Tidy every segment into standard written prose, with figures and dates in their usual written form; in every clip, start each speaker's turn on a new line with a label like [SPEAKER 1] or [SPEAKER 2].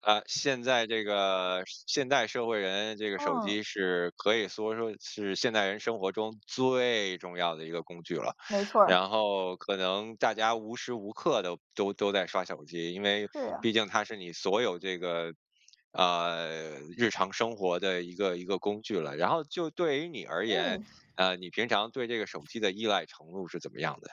[SPEAKER 1] 现在这个现代社会人，这个手
[SPEAKER 2] 嗯，
[SPEAKER 1] 机可以说是现代人生活中最重要的一个工具了。
[SPEAKER 2] 没错儿，
[SPEAKER 1] 然后可能大家无时无刻的都在刷手机，因为
[SPEAKER 2] 是
[SPEAKER 1] 毕
[SPEAKER 2] 呀，
[SPEAKER 1] 竟它是你所有这个日常生活的一个工具了。然后就对于你而言，
[SPEAKER 2] 嗯。
[SPEAKER 1] 你平常对这个手机的依赖程度是怎么样的？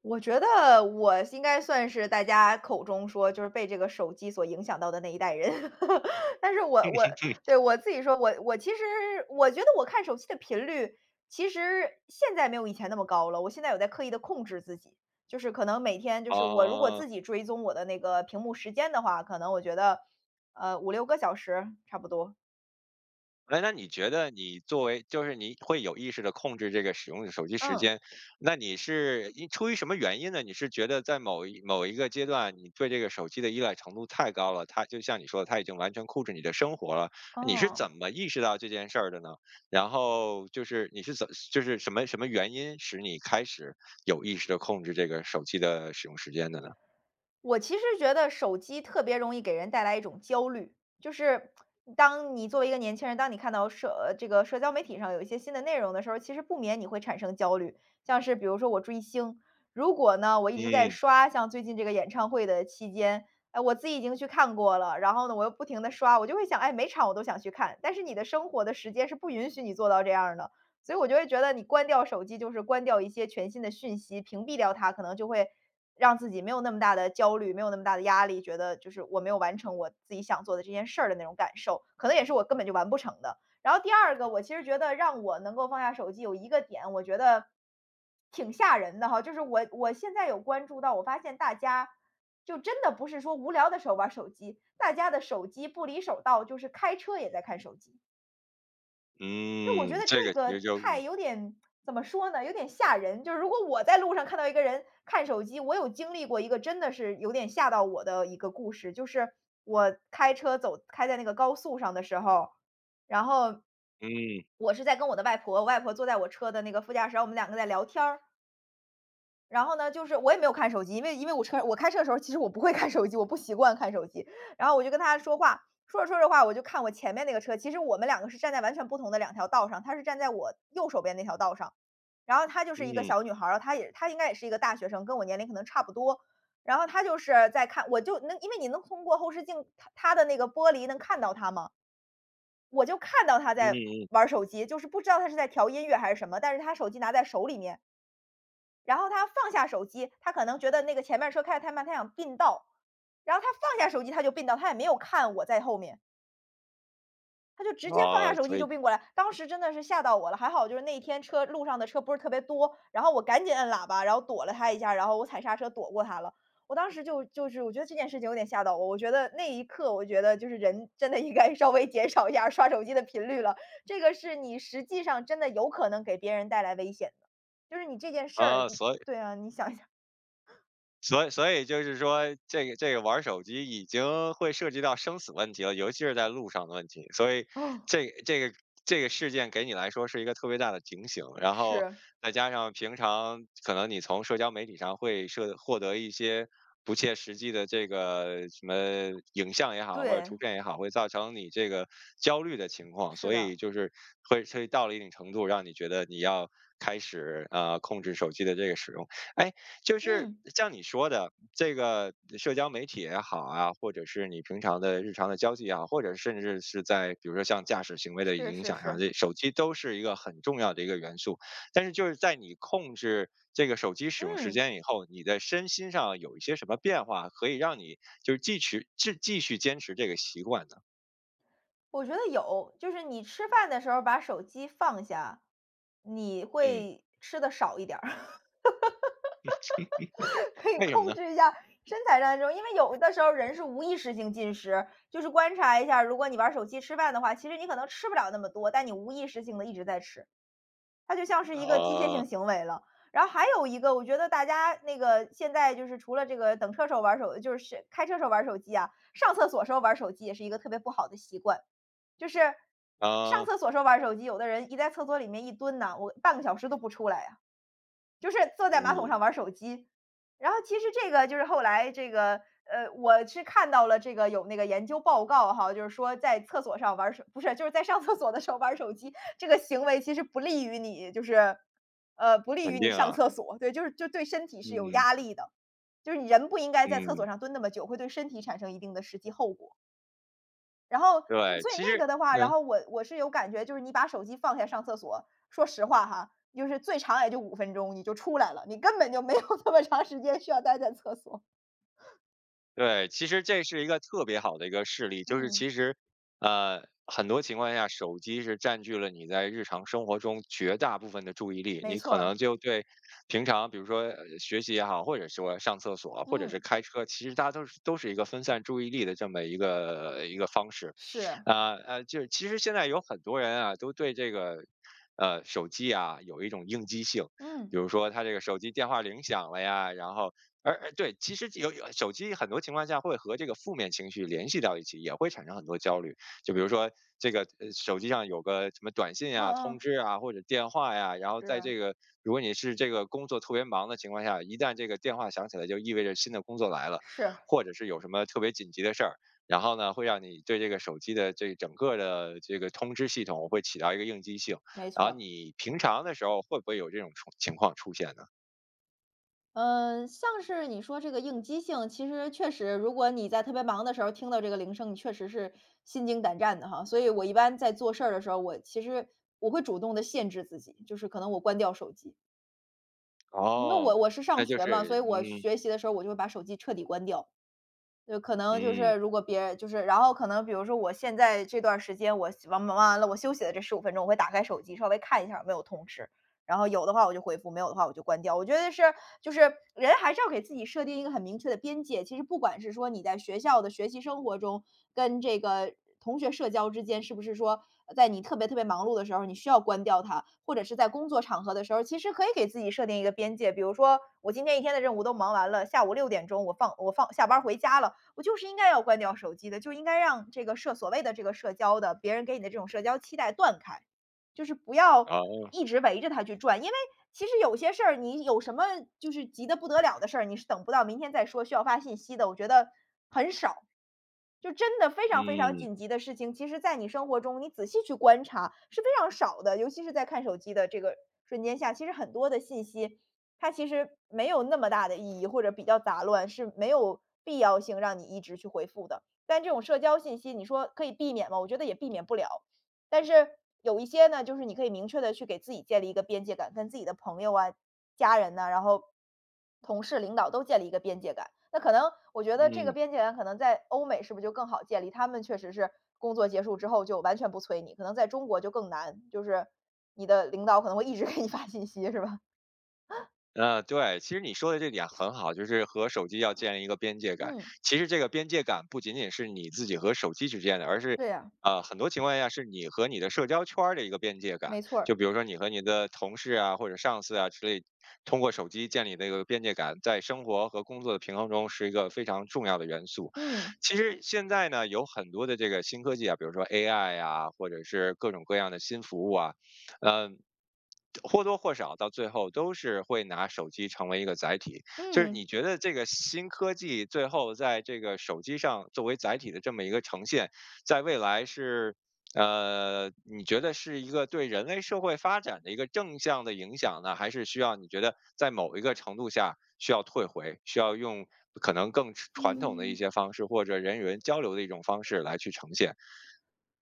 [SPEAKER 2] 我觉得我应该算是大家口中说就是被这个手机所影响到的那一代人。但是我对，我自己说，我其实我觉得我看手机的频率，其实现在没有以前那么高了，我现在有在刻意的控制自己。就是可能每天就是我如果
[SPEAKER 1] 啊、
[SPEAKER 2] 自己追踪我的那个屏幕时间的话，可能我觉得，五六个小时差不多。
[SPEAKER 1] 哎，那你觉得你作为就是你会有意识的控制这个使用手机时
[SPEAKER 2] 嗯，
[SPEAKER 1] 间，那你是因出于什么原因呢？你是觉得在某一个阶段，你对这个手机的依赖程度太高了，它就像你说的，它已经完全控制你的生活了，你是怎
[SPEAKER 2] 哦。
[SPEAKER 1] 么意识到这件事儿的呢？然后就是你是就是什么原因使你开始有意识的控制这个手机的使用时间的呢？
[SPEAKER 2] 我其实觉得手机特别容易给人带来一种焦虑，就是当你作为一个年轻人，当你看到这个社交媒体上有一些新的内容的时候，其实不免你会产生焦虑。像是比如说我追星，如果呢我一直在
[SPEAKER 1] 嗯，
[SPEAKER 2] 刷，像最近这个演唱会的期间，哎，我自己已经去看过了，然后呢我又不停的刷，我就会想，哎，每场我都想去看，但是你的生活的时间是不允许你做到这样儿的。所以我就会觉得你关掉手机就是关掉一些全新的讯息，屏蔽掉它，可能就会让自己没有那么大的焦虑，没有那么大的压力，觉得就是我没有完成我自己想做的这件事儿的那种感受，可能也是我根本就完不成的。然后第二个，我其实觉得让我能够放下手机有一个点，我觉得挺吓人的哈，就是我现在有关注到，我发现大家就真的不是说无聊的时候玩手机，大家的手机不离手到就是开车也在看手机。就我觉
[SPEAKER 1] 嗯，
[SPEAKER 2] 得
[SPEAKER 1] 这
[SPEAKER 2] 这
[SPEAKER 1] 个其
[SPEAKER 2] 个
[SPEAKER 1] 实就
[SPEAKER 2] 太有点怎么说呢，有点吓人。就是如果我在路上看到一个人看手机，我有经历过一个真的是有点吓到我的一个故事，就是我开车走开在那个高速上的时候，然后
[SPEAKER 1] 嗯，
[SPEAKER 2] 我是在跟我的外婆，我外婆坐在我车的那个副驾驶，然后我们两个在聊天儿。然后呢，就是我也没有看手机，因为我开车的时候，其实我不会看手机，我不习惯看手机。然后我就跟他说话，说着说着话，我就看我前面那个车，其实我们两个是站在完全不同的两条道上，他是站在我右手边那条道上，然后她就是一个
[SPEAKER 1] 嗯，
[SPEAKER 2] 小女孩儿，然后她应该也是一个大学生，跟我年龄可能差不多。然后她就是在看，我就能因为你能通过后视镜，她的那个玻璃能看到她吗？我就看到她
[SPEAKER 1] 嗯，
[SPEAKER 2] 在
[SPEAKER 1] 嗯，
[SPEAKER 2] 玩儿手机，就是不知道她是在调音乐还是什么，但是她手机拿在手里面。然后他放下手机，他可能觉得那个前面车开得太慢，他想并道，然后他放下手机他就并道，他也没有看我在后面，他就直接放
[SPEAKER 1] 哦，
[SPEAKER 2] 下手
[SPEAKER 1] 所
[SPEAKER 2] 机就
[SPEAKER 1] 以
[SPEAKER 2] 并过来。当时真的是吓到我了，还好就是那一天车路上的车不是特别多，然后我赶紧摁喇叭，然后躲了他一下，然后我踩刹车躲过他了。我当时就是我觉得这件事情有点吓到我，我觉得那一刻我觉得就是人真的应该稍微减少一下刷手机的频率了，这个是你实际上真的有可能给别人带来危险的，就是你这件事儿，
[SPEAKER 1] 啊，所以
[SPEAKER 2] 对啊，你想一下。
[SPEAKER 1] 所以所以就是说，这个玩手机已经会涉及到生死问题了，尤其是在路上的问题。所以
[SPEAKER 2] 哦，
[SPEAKER 1] 这个这个这个事件给你来说是一个特别大的警醒，然后
[SPEAKER 2] 是，
[SPEAKER 1] 再加上平常可能你从社交媒体上会摄获得一些不切实际的这个什么影像也好，或者图
[SPEAKER 2] 对，
[SPEAKER 1] 片也好，会造成你这个焦虑的情况，
[SPEAKER 2] 是
[SPEAKER 1] 所
[SPEAKER 2] 的，
[SPEAKER 1] 以就是会到了一定程度，让你觉得你要开始控制手机的这个使用。哎，就是
[SPEAKER 2] 嗯。
[SPEAKER 1] 像你说的，这个社交媒体也好啊，或者是你平常的日常的交际也好，或者甚至是在比如说像驾驶行为的
[SPEAKER 2] 是
[SPEAKER 1] 影
[SPEAKER 2] 是
[SPEAKER 1] 响上，
[SPEAKER 2] 是，
[SPEAKER 1] 这手机都是一个很重要的一个元素。但是就是在你控制这个手机使用时
[SPEAKER 2] 嗯，
[SPEAKER 1] 间以后，你的身心上有一些什么变化，可以让你就是继续坚持这个习惯呢？
[SPEAKER 2] 我觉得有，就是你吃饭的时候把手机放下，你
[SPEAKER 1] 嗯，
[SPEAKER 2] 会吃的少一点儿，可以
[SPEAKER 1] 为什么
[SPEAKER 2] 控
[SPEAKER 1] 呢？
[SPEAKER 2] 制一下身材上的这种。因为有的时候人是无意识性进食，就是观察一下，如果你玩手机吃饭的话，其实你可能吃不了那么多，但你无意识性的一直在吃。它就像是一个机械
[SPEAKER 1] 啊
[SPEAKER 2] 性行为了。然后还有一个，我觉得大家那个现在就是除了这个等车时候玩儿手就是开车时候玩儿手机啊，上厕所时候玩儿手机也是一个特别不好的习惯。就是上
[SPEAKER 1] 啊，
[SPEAKER 2] 厕所时候玩儿手机，有的人一在厕所里面一蹲呐，我半个小时都不出来呀。就是坐在马桶
[SPEAKER 1] 嗯，
[SPEAKER 2] 上玩手机。然后其实这个就是后来这个，我是看到了这个有那个研究报告哈，就是说在厕所上玩手不是，就是在上厕所的时候玩手机，这个行为其实不利于你就是，不利
[SPEAKER 1] 肯
[SPEAKER 2] 于你
[SPEAKER 1] 定
[SPEAKER 2] 上
[SPEAKER 1] 啊，
[SPEAKER 2] 厕所，对，就对身体是有
[SPEAKER 1] 嗯
[SPEAKER 2] 压力的。就是你人不应该在厕
[SPEAKER 1] 嗯，
[SPEAKER 2] 所上蹲那么久，会对身体产生一定的实际后果。然后
[SPEAKER 1] 对，
[SPEAKER 2] 所以
[SPEAKER 1] 其
[SPEAKER 2] 那
[SPEAKER 1] 实
[SPEAKER 2] 个的话，然
[SPEAKER 1] 嗯。
[SPEAKER 2] 后我是有感觉，就是你把手机放下上厕所，说实话哈，就是最长也就五分钟你就出来了，你根本就没有 那么长时间需要待在厕所。
[SPEAKER 1] 对，其实这是一个特别好的一个事例，就是
[SPEAKER 2] 嗯，
[SPEAKER 1] 其实很多情况下，手机是占据了你在日常生活中绝大部分的注意力，
[SPEAKER 2] 没
[SPEAKER 1] 你
[SPEAKER 2] 错
[SPEAKER 1] 可
[SPEAKER 2] 儿，
[SPEAKER 1] 能就对平常比如说学习也好，或者说上厕所，或者是
[SPEAKER 2] 嗯，
[SPEAKER 1] 开车，其实大家都是一个分散注意力的这么一个方式。
[SPEAKER 2] 是，
[SPEAKER 1] 啊就是其实现在有很多人啊，都对这个手机啊有一种应激性，
[SPEAKER 2] 嗯，
[SPEAKER 1] 比如说他这个手机电话铃响了呀，然后对，其实有手机很多情况下会和这个负面情绪联系到一起，也会产生很多焦虑。就比如说这个手机上有个什么短信啊、
[SPEAKER 2] 嗯
[SPEAKER 1] 通
[SPEAKER 2] 嗯，
[SPEAKER 1] 知啊或者电话呀，然后在
[SPEAKER 2] 是，
[SPEAKER 1] 这个如果你是这个工作特别忙的情况下，一旦这个电话响起来，就意味着新的工作来了，
[SPEAKER 2] 是，
[SPEAKER 1] 或者是有什么特别紧急的事儿。然后呢，会让你对这个手机的这整个的这个通知系统会起到一个应激性。
[SPEAKER 2] 没
[SPEAKER 1] 然
[SPEAKER 2] 错
[SPEAKER 1] 后
[SPEAKER 2] 儿。
[SPEAKER 1] 你平常的时候会不会有这种出情况出现呢？
[SPEAKER 2] 嗯，像是你说这个应激性，其实确实，如果你在特别忙的时候听到这个铃声，你确实是心惊胆战的哈。所以我一般在做事儿的时候，我其实我会主动的限制自己，就是可能我关掉手机。因为
[SPEAKER 1] 哦，
[SPEAKER 2] 我是
[SPEAKER 1] 那
[SPEAKER 2] 上
[SPEAKER 1] 就
[SPEAKER 2] 学嘛，
[SPEAKER 1] 是
[SPEAKER 2] 所以我
[SPEAKER 1] 嗯
[SPEAKER 2] 学习的时候我就会把手机彻底关掉，就可能就
[SPEAKER 1] 嗯，
[SPEAKER 2] 是如果别人就是然后可能比如说我现在这段时间，我忙完了，我休息的这15分钟，我会打开手机稍微看一下有没有通知，然后有的话我就回复，没有的话我就关掉。我觉得是就是人还是要给自己设定一个很明确的边界，其实不管是说你在学校的学习生活中，跟这个同学社交之间，是不是说在你特别特别忙碌的时候，你需要关掉它，或者是在工作场合的时候，其实可以给自己设定一个边界。比如说我今天一天的任务都忙完了，下午6点钟我下班回家了，我就是应该要关掉手机的，就应该让这个所谓的这个社交的别人给你的这种社交期待断开，就是不要
[SPEAKER 1] 哦，
[SPEAKER 2] 一直围着他去转。因为其实有些事儿，你有什么就是急得不得了的事儿，你是等不到明天再说需要发信息的，我觉得很少。就真的非常非常
[SPEAKER 1] 嗯
[SPEAKER 2] 紧急的事情，其实在你生活中你仔细去观察是非常少的，尤其是在看手机的这个瞬间下，其实很多的信息它其实没有那么大的意义，或者比较杂乱，是没有必要性让你一直去回复的。但这种社交信息，你说可以避免吗？我觉得也避免不了。但是有一些呢，就是你可以明确的去给自己建立一个边界感，跟自己的朋友啊、家人呢，然后同事、领导都建立一个边界感。那可能我觉得这个
[SPEAKER 1] 嗯。
[SPEAKER 2] 边界感可能在欧美是不是就更好建立？他们确实是工作结束之后就完全不催你，可能在中国就更难，就是你的领导可能会一直给你发信息，是吧？
[SPEAKER 1] 对，其实你说的这点很好，就是和手机要建立一个边界感。
[SPEAKER 2] 嗯。
[SPEAKER 1] 其实这个边界感不仅仅是你自己和手机之间的，而是，
[SPEAKER 2] 对呀，
[SPEAKER 1] 很多情况下是你和你的社交圈儿的一个边界感。
[SPEAKER 2] 没错儿。
[SPEAKER 1] 就比如说你和你的同事啊，或者上司啊之类，通过手机建立的一个边界感，在生活和工作的平衡中是一个非常重要的元素。
[SPEAKER 2] 嗯，
[SPEAKER 1] 其实现在呢，有很多的这个新科技啊，比如说 AI 啊，或者是各种各样的新服务啊，或多或少到最后都是会拿手机成为一个载体。就是你
[SPEAKER 2] 嗯。
[SPEAKER 1] 觉得这个新科技最后在这个手机上作为载体的这么一个呈现，在未来是，你觉得是一个对人类社会发展的一个正向的影响呢？还是需要你觉得在某一个程度下需要退回，需要用可能更传统的一
[SPEAKER 2] 嗯。
[SPEAKER 1] 些方式或者人与人交流的一种方式来去呈现？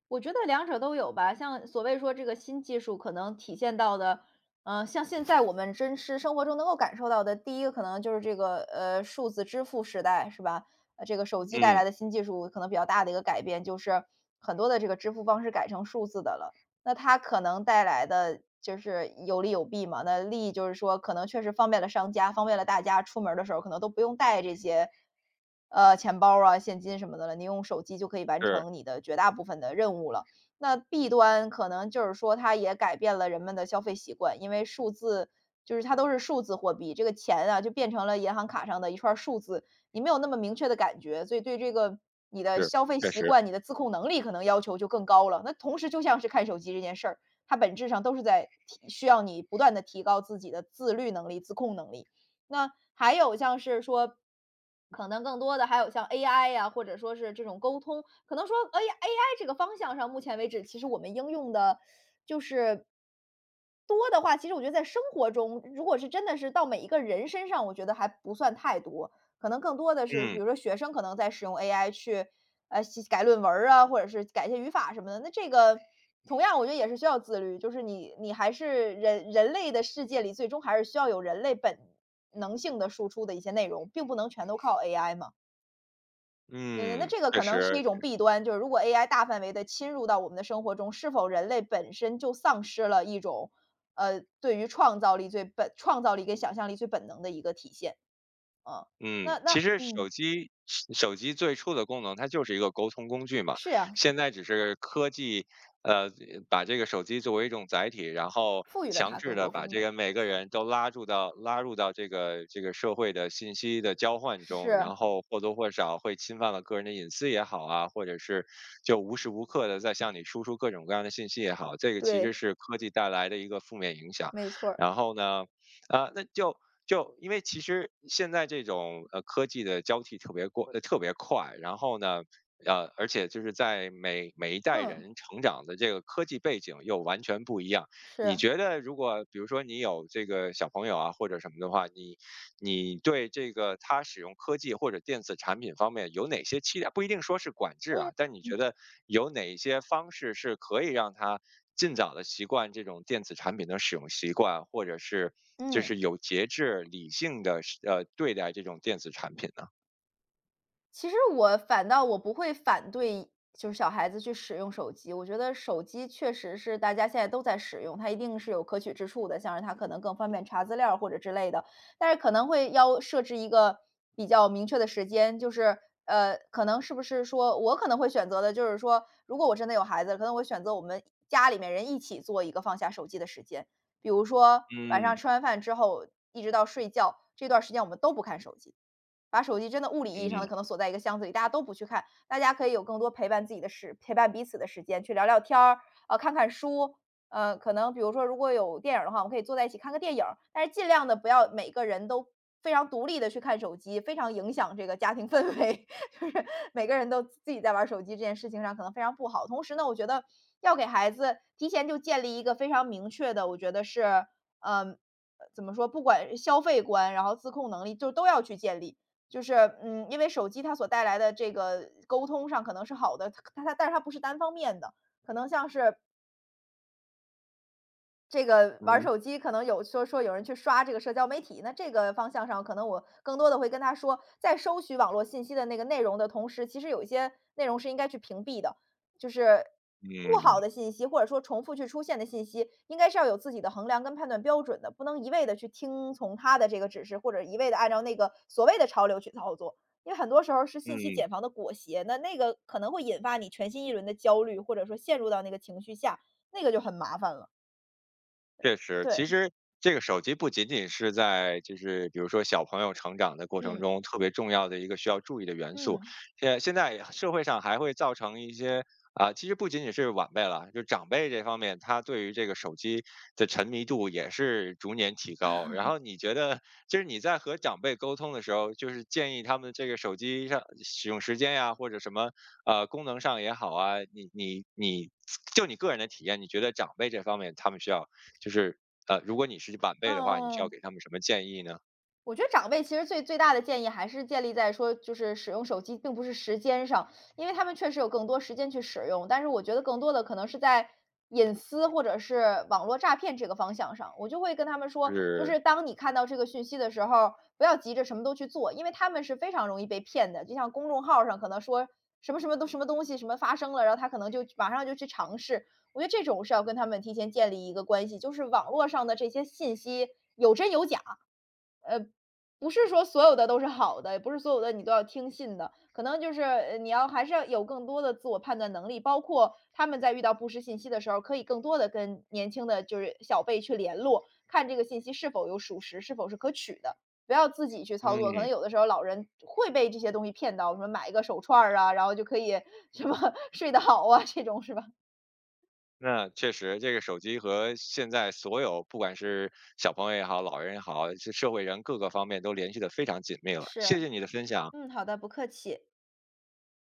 [SPEAKER 2] 我觉得两者都有吧，像所谓说这个新技术可能体现到的，像现在我们真实生活中能够感受到的，第一个可能就是这个数字支付时代，是吧？这个手机带
[SPEAKER 1] 嗯。
[SPEAKER 2] 来的新技术可能比较大的一个改变，就是很多的这个支付方式改成数字的了。那它可能带来的就是有利有弊嘛。那利益就是说，可能确实方便了商家，方便了大家出门儿的时候可能都不用带这些，钱包啊、现金什么的了，你用手机就可以完
[SPEAKER 1] 嗯，是
[SPEAKER 2] 成你的绝大部分的任务了。那弊端可能就是说，它也改变了人们的消费习惯，因为数字就是它都是数字货币，这个钱啊就变成了银行卡上的一串儿数字，你没有那么明确的感觉，所以对这个你的
[SPEAKER 1] 是，
[SPEAKER 2] 消费
[SPEAKER 1] 确
[SPEAKER 2] 习
[SPEAKER 1] 实，
[SPEAKER 2] 惯、你的自控能力可能要求就更高了。那同时就像是看手机这件事儿，它本质上都是在提需要你不断的提高自己的自律能力、自控能力。那还有像是说，可能更多的还有像 AI 呀，或者说是这种沟通，可能说 AI 这个方向上，目前为止其实我们应用的就是多的话，其实我觉得在生活中，如果是真的是到每一个人身上，我觉得还不算太多。可能更多的是，
[SPEAKER 1] 嗯
[SPEAKER 2] 比如说学生可能在使用 AI 去，写改论文儿啊，或者是改一些语法什么的。那这个同样我觉得也是需要自律，就是你还是人类的世界里，最终还是需要有人类本能性的输出的一些内容，并不能全都靠 AI 嘛。嗯，那
[SPEAKER 1] 嗯，
[SPEAKER 2] 这个
[SPEAKER 1] 确
[SPEAKER 2] 可能是
[SPEAKER 1] 实。
[SPEAKER 2] 一种弊端，就是如果 AI 大范围的侵入到我们的生活中，是否人类本身就丧失了一种，对于创造力创造力跟想象力最本能的一个体现啊。
[SPEAKER 1] 嗯，
[SPEAKER 2] 那
[SPEAKER 1] 其
[SPEAKER 2] 那
[SPEAKER 1] 实手
[SPEAKER 2] 嗯，
[SPEAKER 1] 机手机最初的功能，它就是一个沟通工具嘛。
[SPEAKER 2] 是呀。
[SPEAKER 1] 现在只是科技，呃，把这个手机作为一种载体，然后
[SPEAKER 2] 赋予了
[SPEAKER 1] 强
[SPEAKER 2] 它
[SPEAKER 1] 制
[SPEAKER 2] 更
[SPEAKER 1] 的
[SPEAKER 2] 多
[SPEAKER 1] 把
[SPEAKER 2] 功
[SPEAKER 1] 这
[SPEAKER 2] 能。
[SPEAKER 1] 个每个人都拉入到这个社会的信息的交换中，然
[SPEAKER 2] 是，
[SPEAKER 1] 后或多或少会侵犯了个人的隐私也好啊，或者是就无时无刻的在向你输出各种各样的信息也好，这个其实
[SPEAKER 2] 对，
[SPEAKER 1] 是科技带来的一个负面影响。
[SPEAKER 2] 没错儿
[SPEAKER 1] 然后呢，啊，那就就因为其实现在这种科技的交替特别特别快，然后呢，而且就是在每一代
[SPEAKER 2] 嗯，
[SPEAKER 1] 人成长的这个科技背景又完全不一样。你
[SPEAKER 2] 是，
[SPEAKER 1] 觉得如果比如说你有这个小朋友啊或者什么的话，你你对这个它使用科技或者电子产品方面有哪些期待？不一定说是管制啊，
[SPEAKER 2] 嗯
[SPEAKER 1] 但你觉得有哪一些方式是可以让它尽早的习惯这种电子产品的使用习惯，或者是就是
[SPEAKER 2] 嗯。
[SPEAKER 1] 有节制、理性的对待这种电子产品呢？
[SPEAKER 2] 其实我反倒我不会反对，就是小孩子去使用手机。我觉得手机确实是大家现在都在使用，它一定是有可取之处的，像是它可能更方便查资料或者之类的。但是可能会要设置一个比较明确的时间，就是可能是不是说我可能会选择的，就是说，如果我真的有孩子，可能我选择我们家里面人一起做一个放下手机的时间，比如说晚上
[SPEAKER 1] 嗯
[SPEAKER 2] 吃完饭之后一直到睡觉这段时间，我们都不看手机。把手机真的物理意义上的
[SPEAKER 1] 嗯
[SPEAKER 2] 可能锁在一个箱子里，大家都不去看，大家可以有更多陪伴彼此的时间，去聊聊天儿，看看书，可能比如说如果有电影的话，我们可以坐在一起看个电影但是尽量的不要每个人都非常独立的去看手机，非常影响这个家庭氛围，就是每个人都自己在玩手机这件事情上可能非常不好。同时呢，我觉得要给孩子提前就建立一个非常明确的，我觉得是，嗯、呃，怎么说，不管消费观，然后自控能力，就都要去建立。就是，因为手机它所带来的这个沟通上可能是好的，它但是它不是单方面的，可能像是这个玩儿
[SPEAKER 1] 嗯
[SPEAKER 2] 手机可能有说有人去刷这个社交媒体，那这个方向上，可能我更多的会跟他说，在收取网络信息的那个内容的同时，其实有一些内容是应该去屏蔽的，就是不好
[SPEAKER 1] 嗯
[SPEAKER 2] 的信息或者说重复去出现的信息，应该是要有自己的衡量跟判断标准的，不能一味的去听从他的这个指示，或者一味的按照那个所谓的潮流去操作。因为很多时候是信息
[SPEAKER 1] 嗯。
[SPEAKER 2] 茧房的裹挟，那那个可能会引发你全新一轮的焦虑，或者说陷入到那个情绪下，那个就很麻烦了。
[SPEAKER 1] 确实，
[SPEAKER 2] 对，
[SPEAKER 1] 其实这个手机不仅仅是在就是比如说小朋友成长的过程
[SPEAKER 2] 嗯，
[SPEAKER 1] 中特别重要的一个需要注意的元
[SPEAKER 2] 嗯，嗯
[SPEAKER 1] 素，
[SPEAKER 2] 嗯
[SPEAKER 1] 现在社会上还会造成一些啊、其实不仅仅是晚辈了，就长辈这方面，他对于这个手机的沉迷度也是逐年提高。然后你觉得，就是你在和长辈沟通的时候，就是建议他们这个手机上使用时间呀，或者什么功能上也好啊，你就你个人的体验，你觉得长辈这方面他们需要就是如果你是晚
[SPEAKER 2] 哦
[SPEAKER 1] 辈
[SPEAKER 2] 哦
[SPEAKER 1] 的话，你需要
[SPEAKER 2] 哦。
[SPEAKER 1] 给他们什么建议呢？
[SPEAKER 2] 我觉得长辈其实最最大的建议还是建立在说，就是使用手机并不是时间上，因为他们确实有更多时间去使用，但是我觉得更多的可能是在隐私或者是网络诈骗这个方向上，我就会跟他们
[SPEAKER 1] 就
[SPEAKER 2] 说，就
[SPEAKER 1] 是
[SPEAKER 2] 是当你看到这个讯息的时候，不要急着什么都去做，因为他们是非常容易被骗的。就像公众号上可能说什么什么都什么东西什么发生了，然后他可能就马上就去尝试。我觉得这种是要跟他们提前建立一个关系，就是网络上的这些信息有真有假，呃，不是说所有的都是好的，也不是所有的你都要听信的，可能就是，你要还是要有更多的自我判断能力，包括他们在遇到不实信息的时候，可以更多的跟年轻的就是小辈去联络，看这个信息是否有属实，是否是可取的，不要自己去操作。可能
[SPEAKER 1] 嗯，
[SPEAKER 2] 有的时候老人会被这些东西骗到，什么买一个手串儿啊，然后就可以什么 睡得好啊，这种是吧？
[SPEAKER 1] 那确实，这个手机和现在所有不管是小朋友也好，老人也好，是社会人各个方面都联系的非常紧密了。
[SPEAKER 2] 是。
[SPEAKER 1] 谢谢你的分享。
[SPEAKER 2] 嗯，好的，不客气。